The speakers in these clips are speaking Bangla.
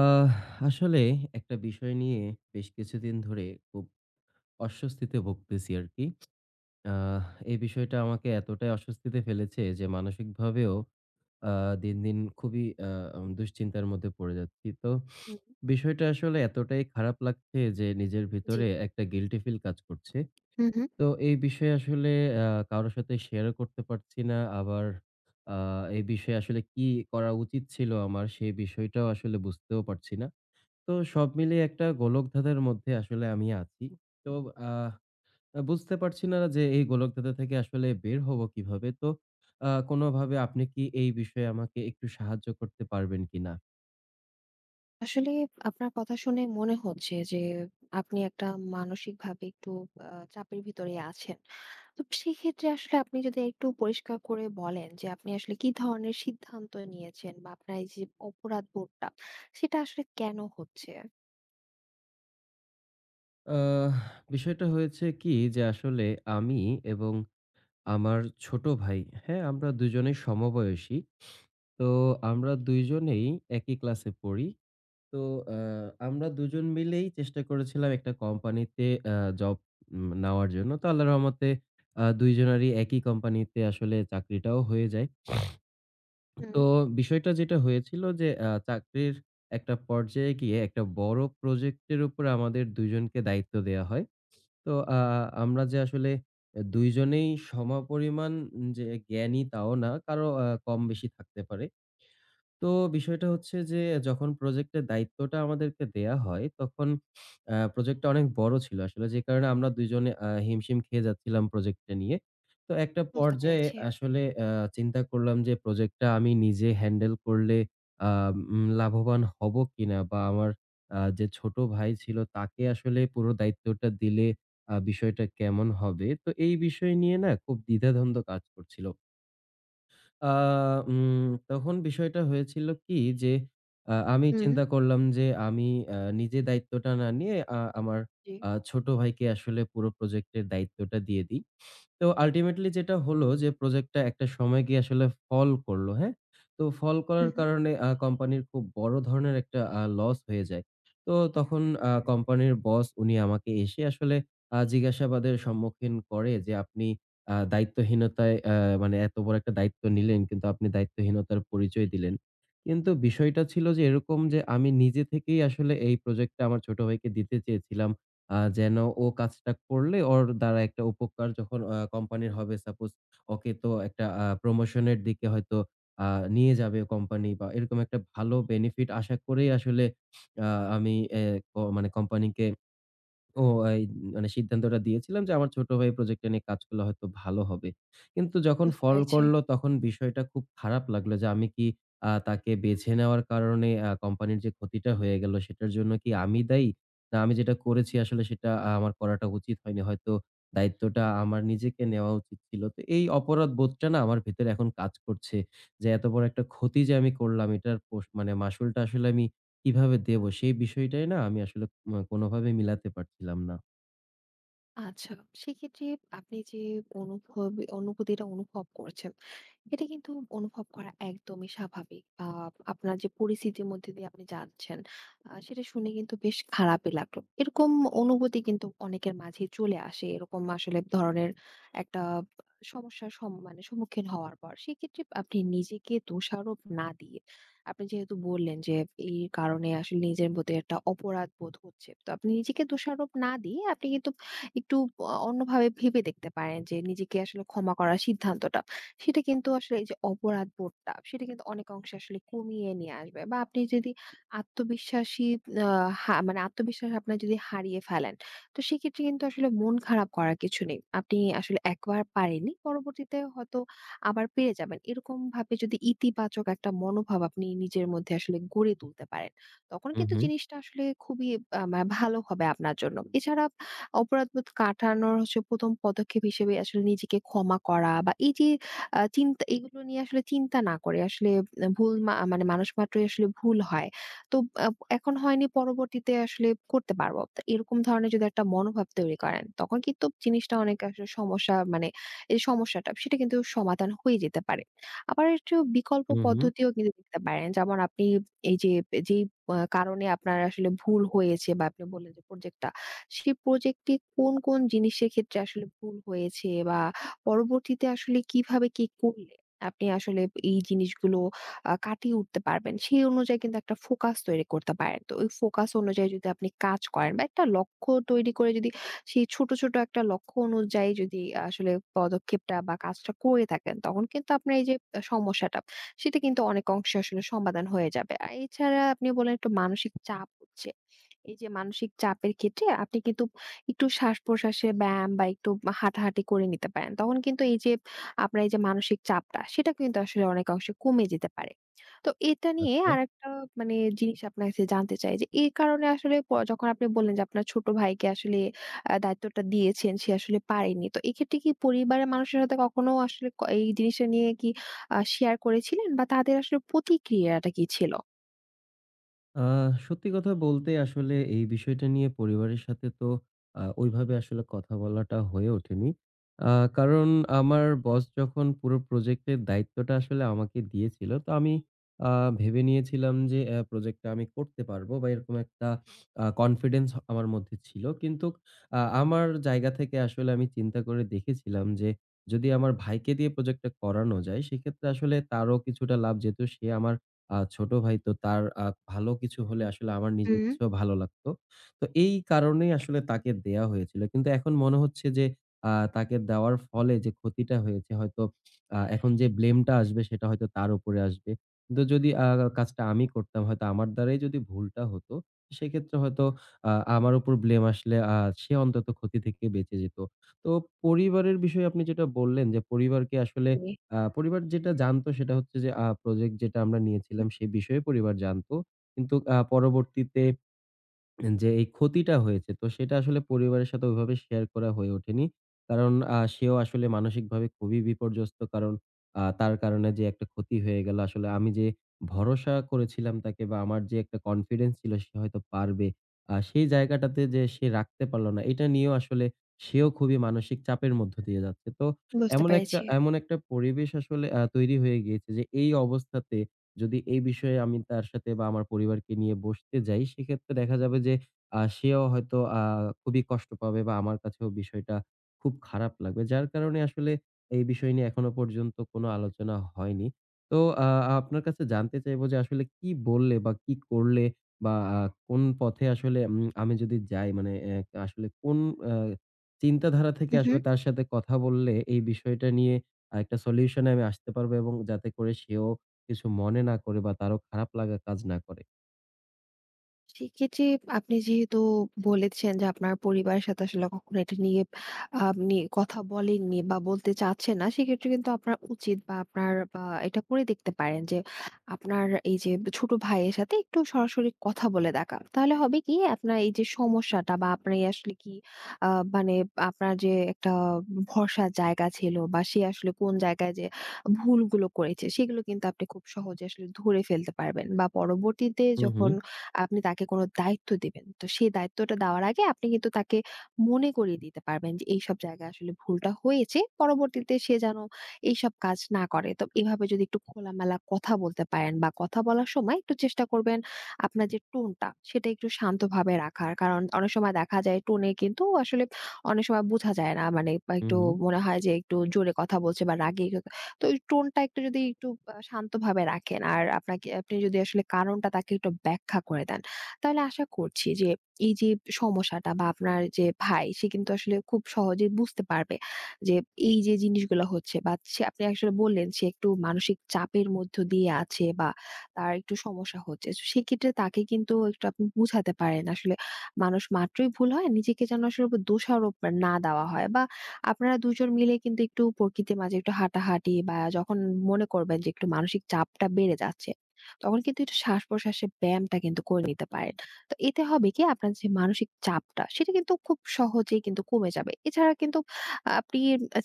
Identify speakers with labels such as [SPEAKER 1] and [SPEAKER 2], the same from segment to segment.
[SPEAKER 1] আহ আসলে একটা বিষয় নিয়ে বেশ কিছুদিন ধরে খুব অস্বস্তিতে ভুগতেছি আর কি। আহ এই বিষয়টা আমাকে এতটাই অস্বস্তিতে ফেলেছে যে মানসিকভাবেও দিন, দিন খুবই দুশ্চিন্তার মধ্যে পড়ে যাচ্ছি। তো
[SPEAKER 2] হুম,
[SPEAKER 1] বিষয়টা আসলে এতটাই খারাপ লাগছে যে নিজের
[SPEAKER 2] জি।
[SPEAKER 1] ভিতরে একটা গিল্টি ফিল কাজ করছে।
[SPEAKER 2] হুম, হুম।
[SPEAKER 1] তো এই বিষয়ে আসলে কারো সাথে শেয়ারও করতে পারছি না। আবার এই বিষয়ে আসলে কি করা উচিত ছিল আমার, সেই বিষয়টাও আসলে বুঝতেও পারছি না। তো সব মিলিয়ে একটা গোলকধাঁধার মধ্যে আসলে আমি আছি। তো আহ বুঝতে পারছি না যে এই গোলকধাঁধা থেকে আসলে বের হবো কিভাবে? তো কোনোভাবে আপনি কি এই বিষয়ে আমাকে একটু সাহায্য করতে পারবেন কিনা?
[SPEAKER 2] আসলে আপনার কথা শুনে মনে হচ্ছে যে আপনি একটা মানসিকভাবে একটু আ চাপের ভিতরেই আছেন। তো সেক্ষেত্রে আসলে আপনি যদি একটু পরিষ্কার করে বলেন যে আপনি আসলে কি ধরনের সিদ্ধান্ত নিয়েছেন বা আপনার এই যে অপরাধবোধটা সেটা আসলে কেন হচ্ছে?
[SPEAKER 1] আহ বিষয়টা হয়েছে কি যে আসলে আমি এবং আমার ছোট ভাই, হ্যাঁ? আমরা দুজনেই সমবয়সী। তো আমরা দুইজনেই একই ক্লাসে পড়ি। তো আ আমরা দুজন মিলেই চেষ্টা করেছিলাম একটা কোম্পানিতে আ জব নেওয়ার জন্য। তো আল্লাহর রহমতে ২ জনেরই একই কোম্পানিতে আসলে চাকরিটাও হয়ে যায়।
[SPEAKER 2] হুম,
[SPEAKER 1] তো বিষয়টা যেটা হয়েছিল যে চাকরির একটা পর্যায়ে গিয়ে একটা বড় প্রজেক্টের উপর আমাদের ২ জনকে দায়িত্ব দেয়া হয়। তো আমরা যে আসলে ২ জনেই সমপরিমাণ যে জ্ঞানী তাও না, কারো কম বেশি থাকতে পারে। তো বিষয়টা হচ্ছে যে যখন প্রজেক্টের দায়িত্বটা আমাদেরকে দেয়া হয় তখন প্রজেক্টটা অনেক বড় ছিল আসলে, যে কারণে আমরা ২ জনে হিমশিম খেয়ে যাচ্ছিলাম প্রজেক্টটা নিয়ে। তো একটা
[SPEAKER 2] বুঝতে
[SPEAKER 1] পর্যায়ে
[SPEAKER 2] পেরেছি।
[SPEAKER 1] আসলে চিন্তা করলাম যে প্রজেক্টটা আমি নিজে হ্যান্ডেল করলে আ লাভবান হবো কিনা? বা আমার যে ছোট ভাই ছিল তাকে আসলে পুরো দায়িত্বটা দিলে বিষয়টা কেমন হবে? তো এই বিষয় নিয়ে না খুব দ্বিধাদ্বন্দ্ব কাজ করছিল। আ তখন বিষয়টা হয়েছিল কি যে, আমি
[SPEAKER 2] হুম,
[SPEAKER 1] চিন্তা করলাম যে আমি নিজে দায়িত্বটা না নিয়ে আমার
[SPEAKER 2] জি।
[SPEAKER 1] ছোট ভাইকে আসলে পুরো প্রজেক্টের দায়িত্বটা দিয়ে দিই। তো আল্টিমেটলি যেটা হলো যে প্রজেক্টটা একটা সময় গিয়ে আসলে ফল করলো, হ্যাঁ? তো ফল
[SPEAKER 2] হুম,
[SPEAKER 1] করার
[SPEAKER 2] হুম,
[SPEAKER 1] কারণে কোম্পানির খুব বড় ধরনের একটা লস হয়ে যায়। তো তখন কোম্পানির বস উনি আমাকে এসে আসলে জিজ্ঞাসাবাদের সম্মুখীন করে যে, "আপনি দায়িত্বহীনতায়, মানে এত বড় একটা দায়িত্ব নিলেন কিন্তু আপনি দায়িত্বহীনতার পরিচয় দিলেন।" কিন্তু বিষয়টা ছিল যে এরকম, যে আমি নিজে থেকেই আসলে এই প্রজেক্টটা আমার ছোট ভাইকে দিতে চেয়েছিলাম। যেন ও কাজটা করলে ওর দ্বারা একটা উপকার যখন কোম্পানির হবে, সাপোজ ওকে তো একটা প্রমোশন এর দিকে হয়তো আ নিয়ে যাবে কোম্পানি, বা এরকম একটা ভালো বেনিফিট আশা করেই আসলে আ আমি এ ক মানে কোম্পানিকে ও এই মানে সিদ্ধান্তটা দিয়েছিলাম যে, আমার ছোট ভাই এই প্রজেক্টটা নিয়ে কাজ করলে হয়তো ভালো হবে। কিন্তু যখন
[SPEAKER 2] বুঝতে
[SPEAKER 1] ফল
[SPEAKER 2] পেরেছি।
[SPEAKER 1] করল তখন বিষয়টা খুব খারাপ লাগলো যে, আমি কি তাকে বেছে নেওয়ার কারণে কোম্পানির যে ক্ষতিটা হয়ে গেল সেটার জন্য কি আমি দায়ী? না, আমি যেটা করেছি আসলে সেটা আমার করাটা উচিত হয়নি। হয়তো দায়িত্বটা আমার নিজেকে নেওয়া উচিত ছিল। তো এই অপরাধ বোধটা না আমার ভেতরে এখন কাজ করছে। যে এত বড় একটা ক্ষতি যে আমি করলাম, এটার মানে মাসুলটা আসলে আমি কিভাবে দেব, সেই বিষয়টাই না আমি আসলে কোনোভাবে মিলাতে পারছিলাম না।
[SPEAKER 2] আচ্ছা, সেক্ষেত্রে আপনি যে অনুভব অনুভূতিটা অনুভব করছেন, এটা কিন্তু অনুভব করা একদমই স্বাভাবিক। আপনার যে পরিস্থিতির মধ্যে দিয়ে আপনি যাচ্ছেন, সেটা শুনে কিন্তু বেশ খারাপই লাগলো। এরকম অনুভূতি কিন্তু অনেকের মাঝেই চলে আসে। এরকম আসলে ধরনের একটা সমস্যার সম মানে সম্মুখীন হওয়ার পর। সেক্ষেত্রে আপনি নিজেকে দোষারোপ না দিয়ে, আপনি যেহেতু বললেন যে এই কারণে আসলে নিজের প্রতি একটা অপরাধ বোধ হচ্ছে। তো আপনি নিজেকে দোষারোপ না দিয়ে আপনি কিন্তু একটু অন্যভাবে ভেবে দেখতে পারেন যে নিজেকে আসলে ক্ষমা করার সিদ্ধান্তটা, সেটা কিন্তু আসলে এই যে অপরাধবোধটা, সেটা কিন্তু অনেক অংশে আসলে কমিয়ে নিয়ে আসবে বা আপনি যদি আত্মবিশ্বাসী আ হা মানে আত্মবিশ্বাস আপনার যদি হারিয়ে ফেলেন, তো সেক্ষেত্রে কিন্তু আসলে মন খারাপ করার কিছু নেই। আপনি আসলে একবার পারেননি, পরবর্তীতে হয়তো আবার পেরে যাবেন। এরকমভাবে যদি ইতিবাচক একটা মনোভাব আপনি নিজের মধ্যে আসলে গড়ে তুলতে পারেন, তখন
[SPEAKER 1] হু,
[SPEAKER 2] কিন্তু
[SPEAKER 1] হু,
[SPEAKER 2] জিনিসটা আসলে খুবই আ মা ভালো হবে আপনার জন্য। এছাড়া অপরাধবোধ কাটানোর হচ্ছে ১ম পদক্ষেপ হিসেবে আসলে নিজেকে ক্ষমা করা বা এই যে চিন্তা এগুলো নিয়ে আসলে চিন্তা না করে আসলে আ ভুল মা মানে মানুষ মাত্রই আসলে ভুল হয়। তো আ এখন হয়নি পরবর্তীতে আসলে করতে পারবো। তো এরকম ধরনের যদি একটা মনোভাব তৈরি করেন তখন কিন্তু জিনিসটা অনেক আসলে সমস্যা মানে এই সমস্যাটা সেটা কিন্তু সমাধান হয়ে যেতে পারে। আবার একটু বিকল্প
[SPEAKER 1] হু, হু।
[SPEAKER 2] পদ্ধতিও কিন্তু দেখতে পারেন। যেমন আপনি এই যে যেই আ কারণে আপনার আসলে ভুল হয়েছে বা আপনি বললেন যে প্রজেক্টটা সেই প্রজেক্টে কোন, কোন জিনিসের ক্ষেত্রে আসলে ভুল হয়েছে বা পরবর্তীতে আসলে কিভাবে কি করলে আপনি আসলে এই জিনিসগুলো কাটিয়ে উঠতে পারবেন। সেই অনুযায়ী কিন্তু একটা ফোকাস তৈরি করতে পারেন। তো ওই ফোকাস অনুযায়ী যদি আপনি কাজ করেন বা একটা লক্ষ্য তৈরি করে যদি সেই ছোট, ছোট একটা লক্ষ্য অনুযায়ী যদি আসলে পদক্ষেপটা বা কাজটা করে থাকেন, তখন কিন্তু আপনার এই যে সমস্যাটা, সেটা কিন্তু অনেক অংশে আসলে সমাধান হয়ে যাবে। আর এছাড়া আপনি বললেন একটু মানসিক চাপ হচ্ছে। এই যে মানসিক চাপের ক্ষেত্রে আপনি কিন্তু একটু শ্বাস-প্রশ্বাসে ব্যায়াম বা একটু হাঁটাহাঁটি করে নিতে পারেন। তখন কিন্তু এই যে আপনার এই যে মানসিক চাপটা সেটা কিন্তু আসলে অনেকাংশে কমে যেতে পারে। তো এটা নিয়ে
[SPEAKER 1] আচ্ছা।
[SPEAKER 2] আরেকটা মানে জিনিস আপনার কাছে জানতে চাই যে এই কারণে আসলে যখন আপনি বললেন যে আপনার ছোট ভাইকে আসলে দায়িত্বটা দিয়েছেন, সে আসলে পারেনি। তো এক্ষেত্রে কি পরিবারের মানুষের সাথে কখনো আসলে এই জিনিসটা নিয়ে কি শেয়ার করেছিলেন বা তাদের আসলে প্রতিক্রিয়াটা কি ছিল?
[SPEAKER 1] আ সত্যি কথা বলতে আসলে এই বিষয়টা নিয়ে পরিবারের সাথে তো ওইভাবে আসলে কথা বলাটা হয়ে ওঠেনি। আ কারণ আমার বস যখন পুরো প্রজেক্টের দায়িত্বটা আসলে আমাকে দিয়েছিল, তো আমি আ ভেবে নিয়েছিলাম যে প্রজেক্টটা আমি করতে পারবো, বা এরকম একটা কনফিডেন্স আমার মধ্যে ছিল। কিন্তুক আমার জায়গা থেকে আসলে আমি চিন্তা করে দেখেছিলাম যে, যদি আমার ভাইকে দিয়ে প্রজেক্টটা করানো যায়, সেক্ষেত্রে আসলে তারও কিছুটা লাভ, যেহেতু সে আমার ছোট ভাই, তো তার ভালো কিছু হলে আসলে আমার নিজের
[SPEAKER 2] হুম।
[SPEAKER 1] কাছেও ভালো লাগতো। তো এই কারণেই আসলে তাকে দেয়া হয়েছিল। কিন্তু এখন মনে হচ্ছে যে, তাকে দেওয়ার ফলে যে ক্ষতিটা হয়েছে, হয়তো এখন যে ব্লেমটা আসবে সেটা হয়তো তার উপরে আসবে। কিন্তু যদি কাজটা আমি করতাম, হয়তো আমার দ্বারাই যদি ভুলটা হতো, সেক্ষেত্রে হয়তো আ আমার উপর ব্লেম আসলে, সে অন্তত ক্ষতি থেকে বেঁচে যেত। তো পরিবারের বিষয়ে আপনি যেটা বললেন যে পরিবারকে আসলে,
[SPEAKER 2] জি,
[SPEAKER 1] পরিবার যেটা জানতো সেটা হচ্ছে যে প্রজেক্ট যেটা আমরা নিয়েছিলাম
[SPEAKER 2] হুম।
[SPEAKER 1] সে বিষয়ে পরিবার জানতো। কিন্তু পরবর্তীতে যে এই ক্ষতিটা হয়েছে তো সেটা আসলে পরিবারের সাথে ওইভাবে শেয়ার করা হয়ে ওঠেনি। কারণ সেও আসলে মানসিকভাবে খুবই বিপর্যস্ত। কারণ তার কারণে যে একটা ক্ষতি হয়ে গেল, আসলে আমি যে ভরসা করেছিলাম তাকে, বা আমার যে একটা কনফিডেন্স ছিল সে হয়তো পারবে। সেই জায়গাটাতে যে সে রাখতে পারল না, এটা নিয়েও আসলে সেও খুবই মানসিক চাপের মধ্য দিয়ে যাচ্ছে। তো
[SPEAKER 2] বুঝতে
[SPEAKER 1] এমন একটা
[SPEAKER 2] পেরেছি।
[SPEAKER 1] এমন একটা পরিবেশ আসলে তৈরি হয়ে গিয়েছে যে এই অবস্থাতে যদি এই বিষয়ে আমি তার সাথে বা আমার পরিবারকে নিয়ে বসতে যাই, সেক্ষেত্রে দেখা যাবে যে সেও হয়তো খুবই কষ্ট পাবে বা আমার কাছেও বিষয়টা খুব খারাপ লাগবে। যার কারণে আসলে এই বিষয় নিয়ে এখনো পর্যন্ত কোনো আলোচনা হয়নি। তো আ আপনার কাছে জানতে চাইবো যে আসলে কি বললে বা কি করলে, বা আ কোন পথে আসলে আমি যদি যাই, মানে আসলে কোন আ চিন্তাধারা থেকে আসলে
[SPEAKER 2] উহু।
[SPEAKER 1] তার সাথে কথা বললে এই বিষয়টা নিয়ে একটা সলিউশন এ আমি আসতে পারবো, এবং যাতে করে সেও কিছু মনে না করে বা তারও খারাপ লাগা কাজ না করে।
[SPEAKER 2] সেক্ষেত্রে আপনি যেহেতু বলেছেন যে আপনার পরিবারের সাথে আসলে কখনো এটা নিয়ে আপনি কথা বলেননি বা বলতে চাচ্ছেন না সেক্ষেত্রে কিন্তু আপনার উচিত বা আপনার বা এটা করে দেখতে পারেন যে আপনার এই যে ছোট ভাইয়ের সাথে একটু সরাসরি কথা বলে দেখা, তাহলে হবে কি আপনার এই যে সমস্যাটা বা আপনার এই আসলে কি মানে আপনার যে একটা ভরসার জায়গা ছিল বা সে আসলে কোন জায়গায় যে ভুলগুলো করেছে সেগুলো কিন্তু আপনি খুব সহজে আসলে ধরে ফেলতে পারবেন বা পরবর্তীতে
[SPEAKER 1] হু, হু।
[SPEAKER 2] যখন আপনি তাকে কোনো দায়িত্ব দিবেন। তো সেই দায়িত্বটা দেওয়ার আগে আপনি কিন্তু তাকে মনে করিয়ে দিতে পারবেন যে এইসব জায়গায় আসলে ভুলটা হয়েছে। পরবর্তীতে সে যেন এইসব কাজ না করে। তো এভাবে যদি একটু খোলামেলা কথা বলতে পারেন বা কথা বলার সময় একটু চেষ্টা করবেন আপনার যে টোনটা সেটা একটু শান্তভাবে রাখার। কারণ অনেক সময় দেখা যায় টোনে কিন্তু আসলে অনেক সময় বোঝা যায় না। মানে বা
[SPEAKER 1] হু,
[SPEAKER 2] একটু
[SPEAKER 1] হু।
[SPEAKER 2] মনে হয় যে একটু জোরে কথা বলছে বা রাগে। তো ওই টোনটা একটু যদি একটু আ শান্তভাবে রাখেন, আর আপনি যদি আসলে কারণটা তাকে একটু ব্যাখ্যা করে দেন, তাহলে আশা করছি যে এই যে সমস্যাটা বা আপনার যে ভাই সে কিন্তু আসলে খুব সহজেই বুঝতে পারবে যে এই যে জিনিসগুলো হচ্ছে বা আপনি আসলে বললেন সে একটু মানসিক চাপের মধ্য দিয়ে আছে বা তার একটু সমস্যা হচ্ছে। তো সেক্ষেত্রে তাকে কিন্তু একটু আপনি বুঝাতে পারেন আসলে মানুষ মাত্রই ভুল হয়। নিজেকে যেন আসলে দোষারোপ না দেওয়া হয় বা আপনারা ২ জন মিলে কিন্তু একটু প্রকৃতির মাঝে একটু হাঁটাহাঁটি বা যখন মনে করবেন যে একটু মানসিক চাপটা বেড়ে যাচ্ছে, তখন কিন্তু একটু শ্বাস-প্রশ্বাসের ব্যায়ামটা কিন্তু করে নিতে পারেন। তো এতে হবে কি আপনার যে মানসিক চাপটা সেটা কিন্তু খুব সহজেই কিন্তু কমে যাবে। এছাড়া কিন্তু আপনি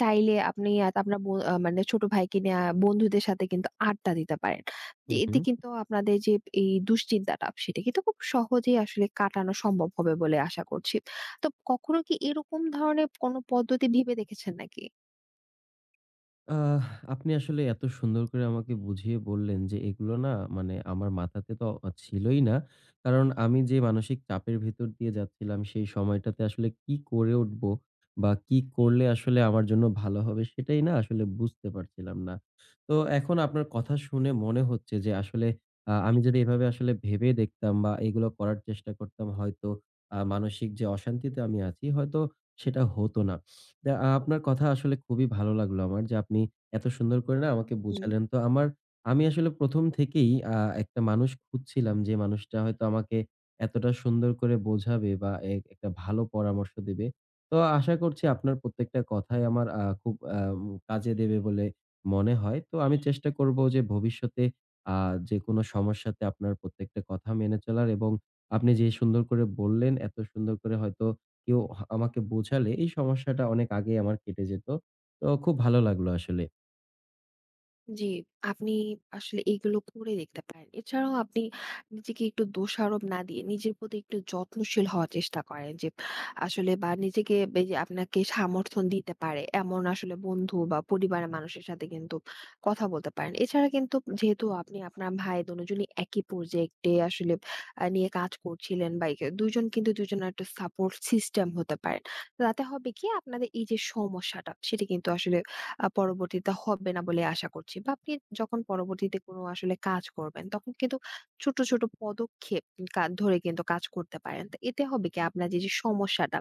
[SPEAKER 2] চাইলে আপনি আর আপনার ব আ মানে ছোট ভাইকে নিয়ে বন্ধুদের সাথে কিন্তু আড্ডা দিতে পারেন।
[SPEAKER 1] হু,
[SPEAKER 2] যে এতে
[SPEAKER 1] হু।
[SPEAKER 2] কিন্তু আপনাদের যে এই দুশ্চিন্তাটা সেটা কিন্তু খুব সহজেই আসলে কাটানো সম্ভব হবে বলে আশা করছি। তো কখনো কি এরকম ধরনের কোনো পদ্ধতি ভেবে দেখেছেন নাকি?
[SPEAKER 1] আহ আপনি আসলে এত সুন্দর করে আমাকে বুঝিয়ে বললেন যে এগুলো না, মানে আমার মাথাতে তো ছিলই না। কারণ আমি যে মানসিক চাপের ভেতর দিয়ে যাচ্ছিলাম সেই সময়টাতে আসলে কি করে উঠবো বা কি করলে আসলে আমার জন্য ভালো হবে সেটাই না আসলে বুঝতে পারছিলাম না। তো এখন আপনার কথা শুনে মনে হচ্ছে যে আসলে আমি যদি এভাবে আসলে ভেবে দেখতাম বা এগুলো করার চেষ্টা করতাম, হয়তো মানসিক যে অশান্তিতে আমি আছি, হয়তো সেটা হতো না। না, আপনার কথা আসলে খুবই ভালো লাগলো আমার যে আপনি এত সুন্দর করে না আমাকে
[SPEAKER 2] হুম।
[SPEAKER 1] বুঝালেন। তো আমি আসলে ১ম থেকেই একটা মানুষ খুঁজছিলাম যে মানুষটা হয়তো আমাকে এতটা সুন্দর করে বোঝাবে বা একটা ভালো পরামর্শ দিবে। তো আশা করছি আপনার প্রত্যেকটা কথাই আমার খুব কাজে দেবে বলে মনে হয়। তো আমি চেষ্টা করব যে ভবিষ্যতে আ যেকোনো সমস্যাতে আপনার প্রত্যেকটা কথা মেনে চলার, এবং আপনি যে সুন্দর করে বললেন, এত সুন্দর করে হয়তো কেউ আমাকে বোঝালে এই সমস্যাটা অনেক আগেই আমার কেটে যেত। তো খুব ভালো লাগলো আসলে।
[SPEAKER 2] জি, আপনি আসলে এইগুলো করে দেখতে পারেন। এছাড়াও আপনি নিজেকে একটু দোষারোপ না দিয়ে নিজের প্রতি একটু যত্নশীল হওয়ার চেষ্টা করেন, যে আসলে বা নিজেকে এই যে আপনাকে সমর্থন দিতে পারে এমন আসলে বন্ধু বা পরিবারের মানুষের সাথে কিন্তু কথা বলতে পারেন। এছাড়া কিন্তু যেহেতু আপনি আপনার ভাই দুজনই একই প্রজেক্টে আসলে নিয়ে কাজ করছিলেন, বা একে ২ জন কিন্তু ২ জনের একটা সাপোর্ট সিস্টেম হতে পারেন। তাতে হবে কি আপনাদের এই যে সমস্যাটা সেটা কিন্তু আসলে পরবর্তীতে হবে না বলে আশা করছি। বা আপনি যখন পরবর্তীতে কোনো আসলে কাজ করবেন তখন কিন্তু ছোট, ছোট পদক্ষেপ ধরে কিন্তু কাজ করতে পারেন। তো এতে হবে কি আপনার যে সমস্যাটা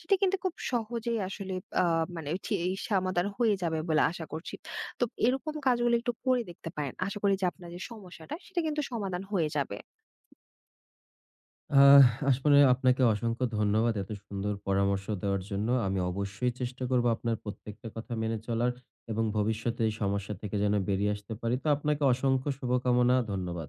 [SPEAKER 2] সেটা কিন্তু খুব সহজেই আসলে আ মানে ঠি এই সমাধান হয়ে যাবে বলে আশা করছি। তো এরকম কাজগুলো একটু করে দেখতে পারেন। আশা করি যে, আপনার যে সমস্যাটা সেটা কিন্তু সমাধান হয়ে যাবে।
[SPEAKER 1] আহ আসলে আপনাকে অসংখ্য ধন্যবাদ এত সুন্দর পরামর্শ দেওয়ার জন্য। আমি অবশ্যই চেষ্টা করবো আপনার প্রত্যেকটা কথা মেনে চলার এবং ভবিষ্যতে এই সমস্যা থেকে যেন বেরিয়ে আসতে পারি। তো আপনাকে অসংখ্য শুভকামনা। ধন্যবাদ।